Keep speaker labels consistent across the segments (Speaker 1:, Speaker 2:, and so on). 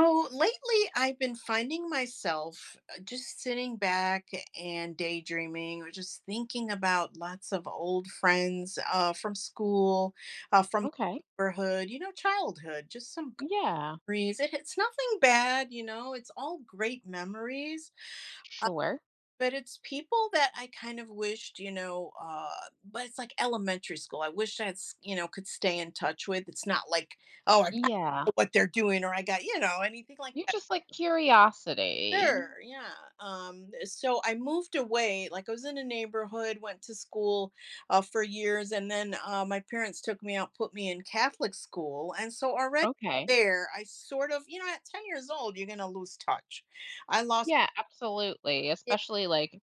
Speaker 1: So lately, I've been finding myself just sitting back and daydreaming or just thinking about lots of old friends from school, from
Speaker 2: Okay.
Speaker 1: neighborhood, you know, childhood, just some good
Speaker 2: Yeah.
Speaker 1: memories. It's nothing bad, you know, it's all great memories,
Speaker 2: Sure.
Speaker 1: but it's people that I kind of wished, but it's like elementary school. I wish I, had, s- you know, could stay in touch with. It's not like, oh, I got
Speaker 2: Yeah.
Speaker 1: what they're doing or I got, you know, anything like.
Speaker 2: You just like curiosity.
Speaker 1: Sure, yeah. So I moved away. Like I was in a neighborhood, went to school for years, and then my parents took me out, put me in Catholic school, and so already
Speaker 2: Okay.
Speaker 1: there, I sort of, you know, at 10 years old, you're gonna lose touch. I lost.
Speaker 2: Yeah, absolutely. Especially like,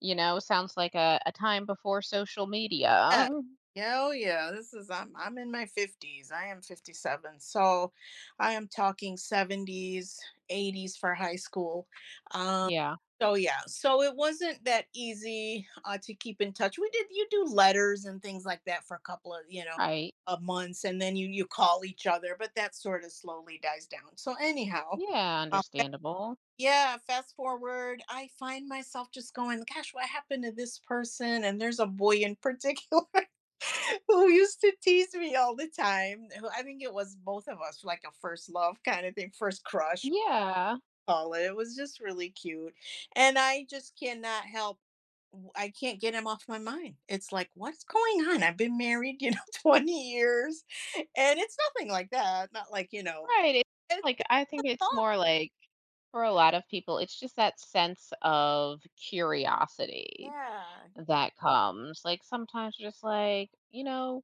Speaker 2: you know, sounds like a time before social media.
Speaker 1: Yeah. Yeah, oh yeah, this is, I'm in my 50s. I am 57. So I am talking 70s, 80s for high school. Um
Speaker 2: Yeah.
Speaker 1: so yeah, so it wasn't that easy to keep in touch. We did, you do letters and things like that for a couple of, you know,
Speaker 2: Right.
Speaker 1: of months and then you call each other, but that sort of slowly dies down. So anyhow,
Speaker 2: Yeah.
Speaker 1: um
Speaker 2: Understandable.
Speaker 1: yeah, fast forward, I find myself just going, gosh, what happened to this person? And there's a boy in particular who used to tease me all the time, who, I think it was both of us, like a first love kind of thing, first crush,
Speaker 2: Yeah.
Speaker 1: call it. It was just really cute, and I just cannot help. I can't get him off my mind. It's like, what's going on? I've been married, you know, 20 years, and it's nothing like that. Not like, you know,
Speaker 2: Right. It's
Speaker 1: it's
Speaker 2: I think
Speaker 1: fun.
Speaker 2: it's more like for a lot of people, it's just that sense of curiosity
Speaker 1: Yeah,
Speaker 2: that comes. Like, sometimes you're just like, you know,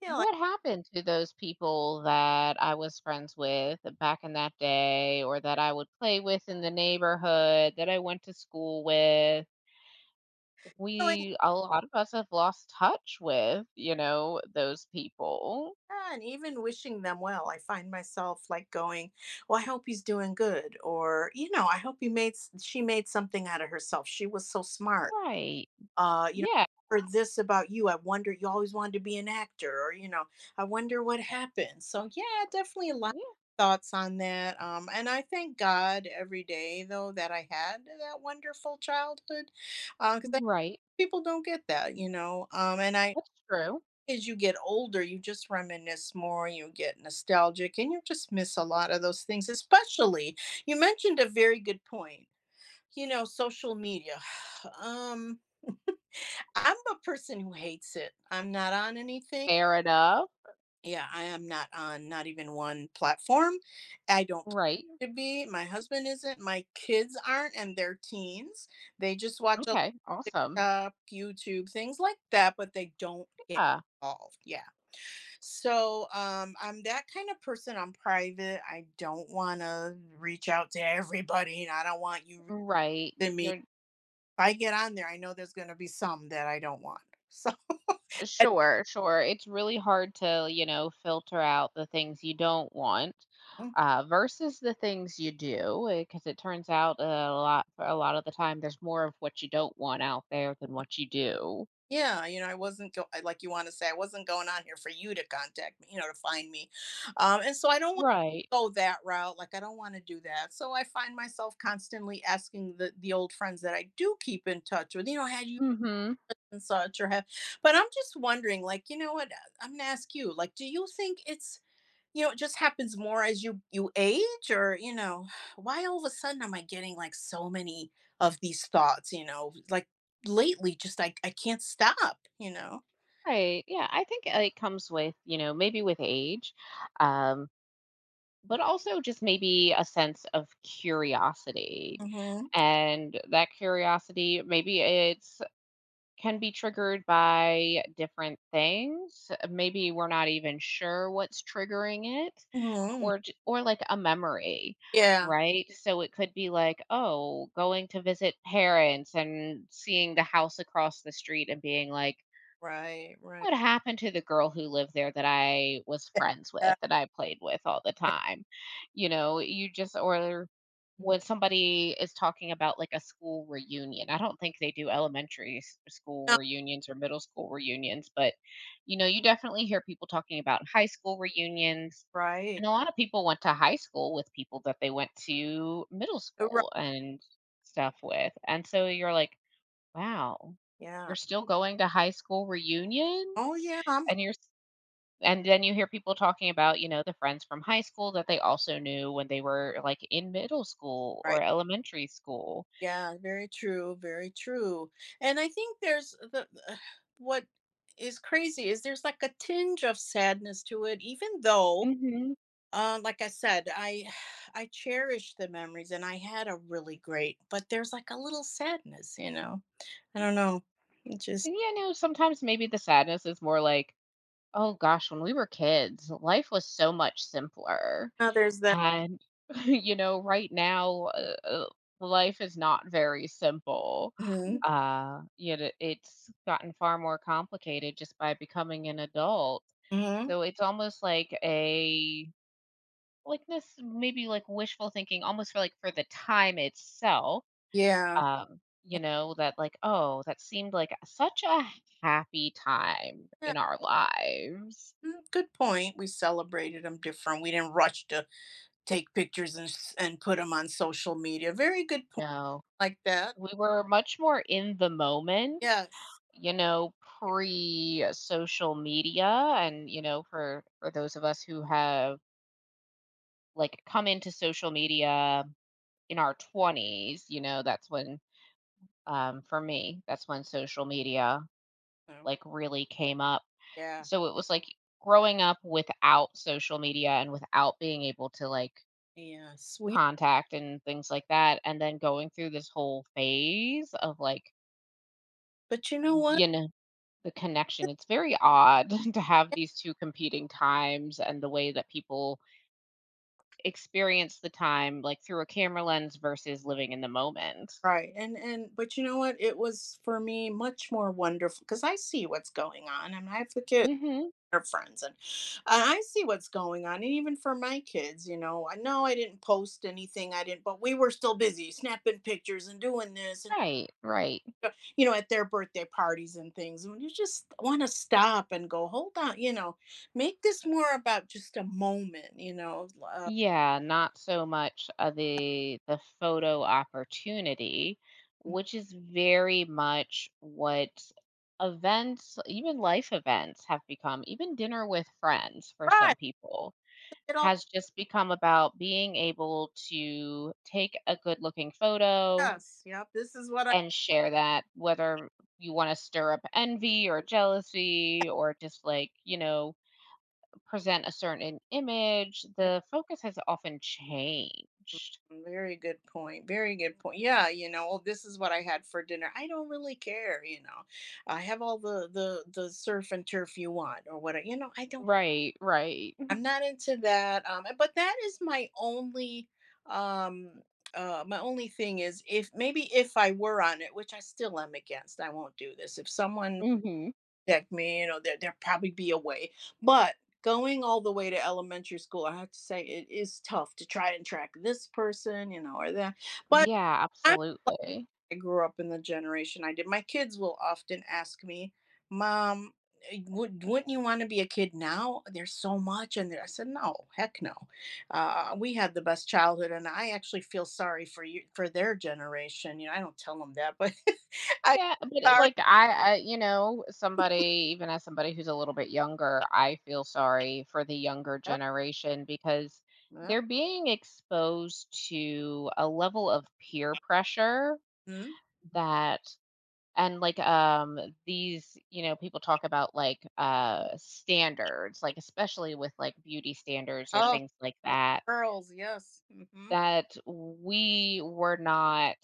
Speaker 1: you know, like,
Speaker 2: what happened to those people that I was friends with back in that day or that I would play with in the neighborhood that I went to school with?
Speaker 1: really.
Speaker 2: A lot of us have lost touch with, you know, those people.
Speaker 1: Yeah, and even wishing them well, I find myself like going, "Well, I hope he's doing good," or you know, "I hope he made s- she made something out of herself. She was so smart."
Speaker 2: Right.
Speaker 1: You know,
Speaker 2: Yeah.
Speaker 1: I heard this about you. I wonder, you always wanted to be an actor, or you know, I wonder what happened. So yeah, definitely a lot of
Speaker 2: Yeah.
Speaker 1: thoughts on that. And I thank God every day though that I had that wonderful childhood, because I,
Speaker 2: Right.
Speaker 1: people don't get that, you know. And I
Speaker 2: That's true.
Speaker 1: as you get older, you just reminisce more, you get nostalgic, and you just miss a lot of those things, especially, you mentioned a very good point. You know, social media. Um, I'm a person who hates it. I'm not on anything.
Speaker 2: Fair enough.
Speaker 1: Yeah, I am not on not even one platform. I don't
Speaker 2: Right.
Speaker 1: plan to be. My husband isn't. My kids aren't, and they're teens. They just watch a
Speaker 2: Okay. Awesome.
Speaker 1: TikTok, YouTube, things like that, but they don't get
Speaker 2: Yeah.
Speaker 1: involved. Yeah. So I'm that kind of person, I'm private. I don't want to reach out to everybody and I don't want you
Speaker 2: Right.
Speaker 1: reaching me. If
Speaker 2: You're
Speaker 1: I get on there, I know there's going to be some that I don't want. So I-
Speaker 2: Sure, sure. It's really hard to, you know, filter out the things you don't want versus the things you do, because it turns out a lot of the time there's more of what you don't want out there than what you do.
Speaker 1: yeah, you know, I wasn't go- I- like you want to say, I wasn't going on here for you to contact me, you know, to find me. And so I don't want
Speaker 2: Right.
Speaker 1: to go that route. Like I don't want to do that. So I find myself constantly asking the old friends that I do keep in touch with, you know, had you
Speaker 2: Mm-hmm.
Speaker 1: and such or have, but I'm just wondering, like, you know what, I'm gonna ask you, like, do you think it's, you know, it just happens more as you age? Or you know, why all of a sudden am I getting like so many of these thoughts, you know, like lately? Just I can't stop, you know.
Speaker 2: Right. Yeah, I think it comes with, you know, maybe with age, um, but also just maybe a sense of curiosity.
Speaker 1: Hmm.
Speaker 2: And that curiosity, maybe it's can be triggered by different things. Maybe we're not even sure what's triggering it
Speaker 1: Hmm.
Speaker 2: or like a memory,
Speaker 1: Yeah.
Speaker 2: right? So it could be like, oh, going to visit parents and seeing the house across the street and being like,
Speaker 1: Right, right.
Speaker 2: what happened to the girl who lived there that I was friends with,
Speaker 1: Yeah,
Speaker 2: that I played with all the
Speaker 1: yeah.
Speaker 2: time? You know, you just or when somebody is talking about like a school reunion, I don't think they do school
Speaker 1: No,
Speaker 2: reunions or middle school reunions, but you know, you definitely hear people talking about high school reunions.
Speaker 1: right,
Speaker 2: And a lot of people went to high school with people that they went to middle school
Speaker 1: right.
Speaker 2: and stuff with. And so you're like, wow.
Speaker 1: Yeah.
Speaker 2: You're still going to high school reunions?
Speaker 1: Oh yeah, I'm,
Speaker 2: And you're s and then you hear people talking about, you know, the friends from high school that they also knew when they were, like, in middle school or
Speaker 1: right.
Speaker 2: elementary school.
Speaker 1: Yeah, very true, very true. And I think there's the what is crazy is there's like a tinge of sadness to it, even though,
Speaker 2: Mhm.
Speaker 1: like I said, I I cherish the memories and I had a really great, but there's like a little sadness, you know. I don't know. It just,
Speaker 2: And, you know, sometimes maybe the sadness is more like, "Oh gosh, when we were kids, life was so much simpler."
Speaker 1: oh, there's that.
Speaker 2: And, you know, right now, life is not very simple.
Speaker 1: Hmm.
Speaker 2: Yet it's gotten far more complicated just by becoming an adult.
Speaker 1: Hmm.
Speaker 2: So it's almost like a like this maybe like wishful thinking almost for the time itself.
Speaker 1: Yeah.
Speaker 2: You know, that like, oh, that seemed like such a happy time
Speaker 1: Yeah,
Speaker 2: in our lives.
Speaker 1: mm, good point. We celebrated them different. We didn't rush to take pictures and and put them on social media. Very good point
Speaker 2: No,
Speaker 1: like that.
Speaker 2: we were much more in the moment,
Speaker 1: Yes.
Speaker 2: you know, pre social media and, you know, for those of us who have like come into social media in our 20s, you know, that's when for me, that's when social media
Speaker 1: Okay.
Speaker 2: like really came up.
Speaker 1: Yeah.
Speaker 2: So it was like growing up without social media and without being able to like
Speaker 1: Yeah. Sweet.
Speaker 2: contact and things like that and then going through this whole phase of like
Speaker 1: But you know what?
Speaker 2: you know the connection. It's very odd to have these two competing times and the way that people experience the time, like through a camera lens versus living in the moment.
Speaker 1: Right. And but you know what? It was for me much more wonderful because I see what's going on and I have the kids,
Speaker 2: Hmm.
Speaker 1: their friends, and I see what's going on. And even for my kids, you know I didn't post anything. I didn't, but we were still busy snapping pictures and doing this and
Speaker 2: Right, right.
Speaker 1: uh, you know, at their birthday parties and things. When you just want to stop and go, hold on, you know, make this more about just a moment, you know,
Speaker 2: Yeah, not so much of the photo opportunity, which is very much what events, even life events have become, even dinner with friends for some
Speaker 1: right.
Speaker 2: people.
Speaker 1: It all,
Speaker 2: Has just become about being able to take a good looking photo
Speaker 1: yes, yep. This is what I,
Speaker 2: and share that, whether you want to stir up envy or jealousy or just like, you know, present a certain image,
Speaker 1: yeah,
Speaker 2: the focus has often changed.
Speaker 1: very good point. Very good point. Yeah, you know, "Well, this is what I had for dinner." I don't really care, you know. I have all the surf and turf you want or what, you know, I don't,
Speaker 2: Right, right.
Speaker 1: I'm not into that. But that is my only, um my only thing is, if maybe if I were on it, which I still am against, I won't do this. If someone
Speaker 2: Hmm.
Speaker 1: like me, you know, there probably be a way. But going all the way to elementary school, I have to say it is tough to try and track this person, you know, or that. Mm. But
Speaker 2: Yeah,
Speaker 1: I'm glad
Speaker 2: absolutely.
Speaker 1: I grew up in the generation I did. My kids will often ask me, "Mom, would wouldn't you want to be a kid now? There's so much." And I said, "No, heck no." We had the best childhood, and I actually feel sorry for you, for their generation. You know, I don't tell them that, but I,
Speaker 2: Yeah, but it,
Speaker 1: sorry.
Speaker 2: like I, You know, somebody, even as somebody who's a little bit younger, I feel sorry for the younger
Speaker 1: Yep,
Speaker 2: generation because
Speaker 1: yep,
Speaker 2: they're being exposed to a level of peer pressure
Speaker 1: mhm.
Speaker 2: that, and like, these, you know, people talk about like, standards, like, especially with like beauty standards or
Speaker 1: Oh,
Speaker 2: things like that,
Speaker 1: girls, yes. Hmm.
Speaker 2: that we were not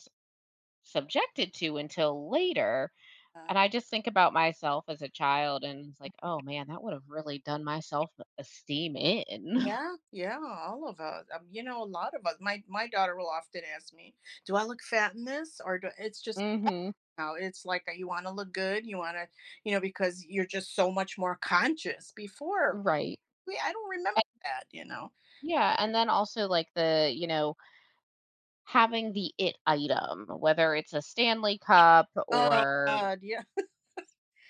Speaker 2: subjected to until later.
Speaker 1: Uh,
Speaker 2: And I just think about myself as a child and it's like, "Oh, man, that would have really done my esteem in."
Speaker 1: yeah, yeah, all of us. You know, a lot of us. My daughter will often ask me, "Do I look fat in this?" Or do, it's just
Speaker 2: Mhm.
Speaker 1: now. It's like you want to look good. You want to, you know, because you're just so much more conscious. Before,
Speaker 2: Right.
Speaker 1: we, I don't remember
Speaker 2: And
Speaker 1: that. You know.
Speaker 2: yeah, and then also, like, the you know, having the it item, whether it's a Stanley Cup
Speaker 1: Oh
Speaker 2: or,
Speaker 1: God, yeah.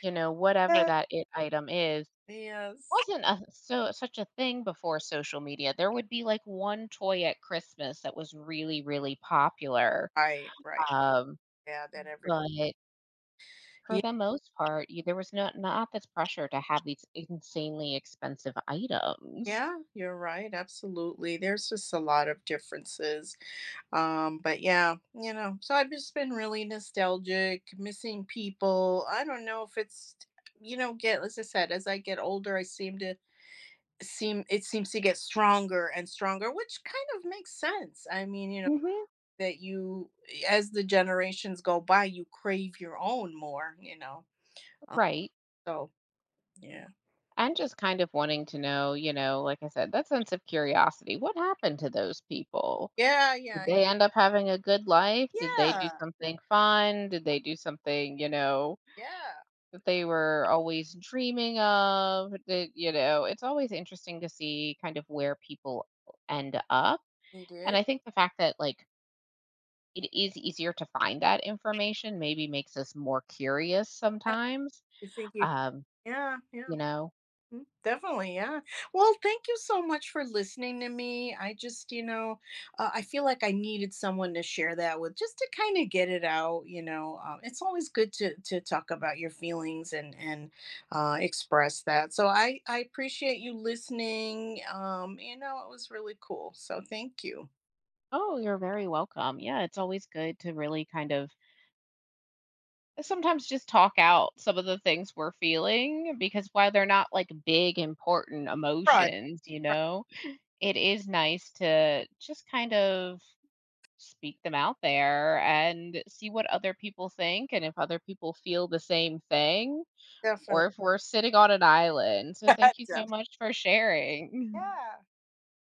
Speaker 2: you know, whatever that it item is,
Speaker 1: Yes.
Speaker 2: wasn't a so such a thing before social media. There would be, like, one toy at Christmas that was really, really popular,
Speaker 1: Right, right.
Speaker 2: um,
Speaker 1: Yeah, that every,
Speaker 2: but for
Speaker 1: yeah,
Speaker 2: the most part, y there was not this pressure to have these insanely expensive items.
Speaker 1: yeah, you're right. Absolutely. There's just a lot of differences. But yeah, you know, so I've just been really nostalgic, missing people. I don't know if it's, you know, get, as I said, as I get older, I seem to seems to get stronger and stronger, which kind of makes sense. I mean, you know,
Speaker 2: Mhm.
Speaker 1: that you, as the generations go by, you crave your own more, you know.
Speaker 2: Right.
Speaker 1: So yeah.
Speaker 2: I'm just kind of wanting to know, you know, like I said, that sense of curiosity, what happened to those people?
Speaker 1: Yeah,
Speaker 2: Did
Speaker 1: yeah.
Speaker 2: they end up having a good life? Did they do
Speaker 1: Yeah.
Speaker 2: something fun? Did they do something, you know,
Speaker 1: Yeah.
Speaker 2: that they were always dreaming of? You know, it's always interesting to see kind of where people end up.
Speaker 1: You
Speaker 2: And
Speaker 1: did.
Speaker 2: I think the fact that like it is easier to find that information, maybe makes us more curious
Speaker 1: Yeah.
Speaker 2: sometimes.
Speaker 1: You think you,
Speaker 2: Um,
Speaker 1: yeah, yeah.
Speaker 2: you know,
Speaker 1: Mm, definitely, yeah. Well, thank you so much for listening to me. I just, you know, I feel like I needed someone to share that with, just to kind of get it out. You know, it's always good to talk about your feelings and express that. So I appreciate you listening. You know, it was really cool. So thank you.
Speaker 2: oh, you're very welcome. Yeah, it's always good to really kind of sometimes just talk out some of the things we're feeling because while they're not like big important
Speaker 1: Right.
Speaker 2: emotions, you
Speaker 1: Right.
Speaker 2: know, it is nice to just kind of speak them out there and see what other people think and if other people feel the same thing
Speaker 1: Definitely.
Speaker 2: or if we're sitting on an island. So thank you so
Speaker 1: Definitely,
Speaker 2: much for sharing.
Speaker 1: yeah.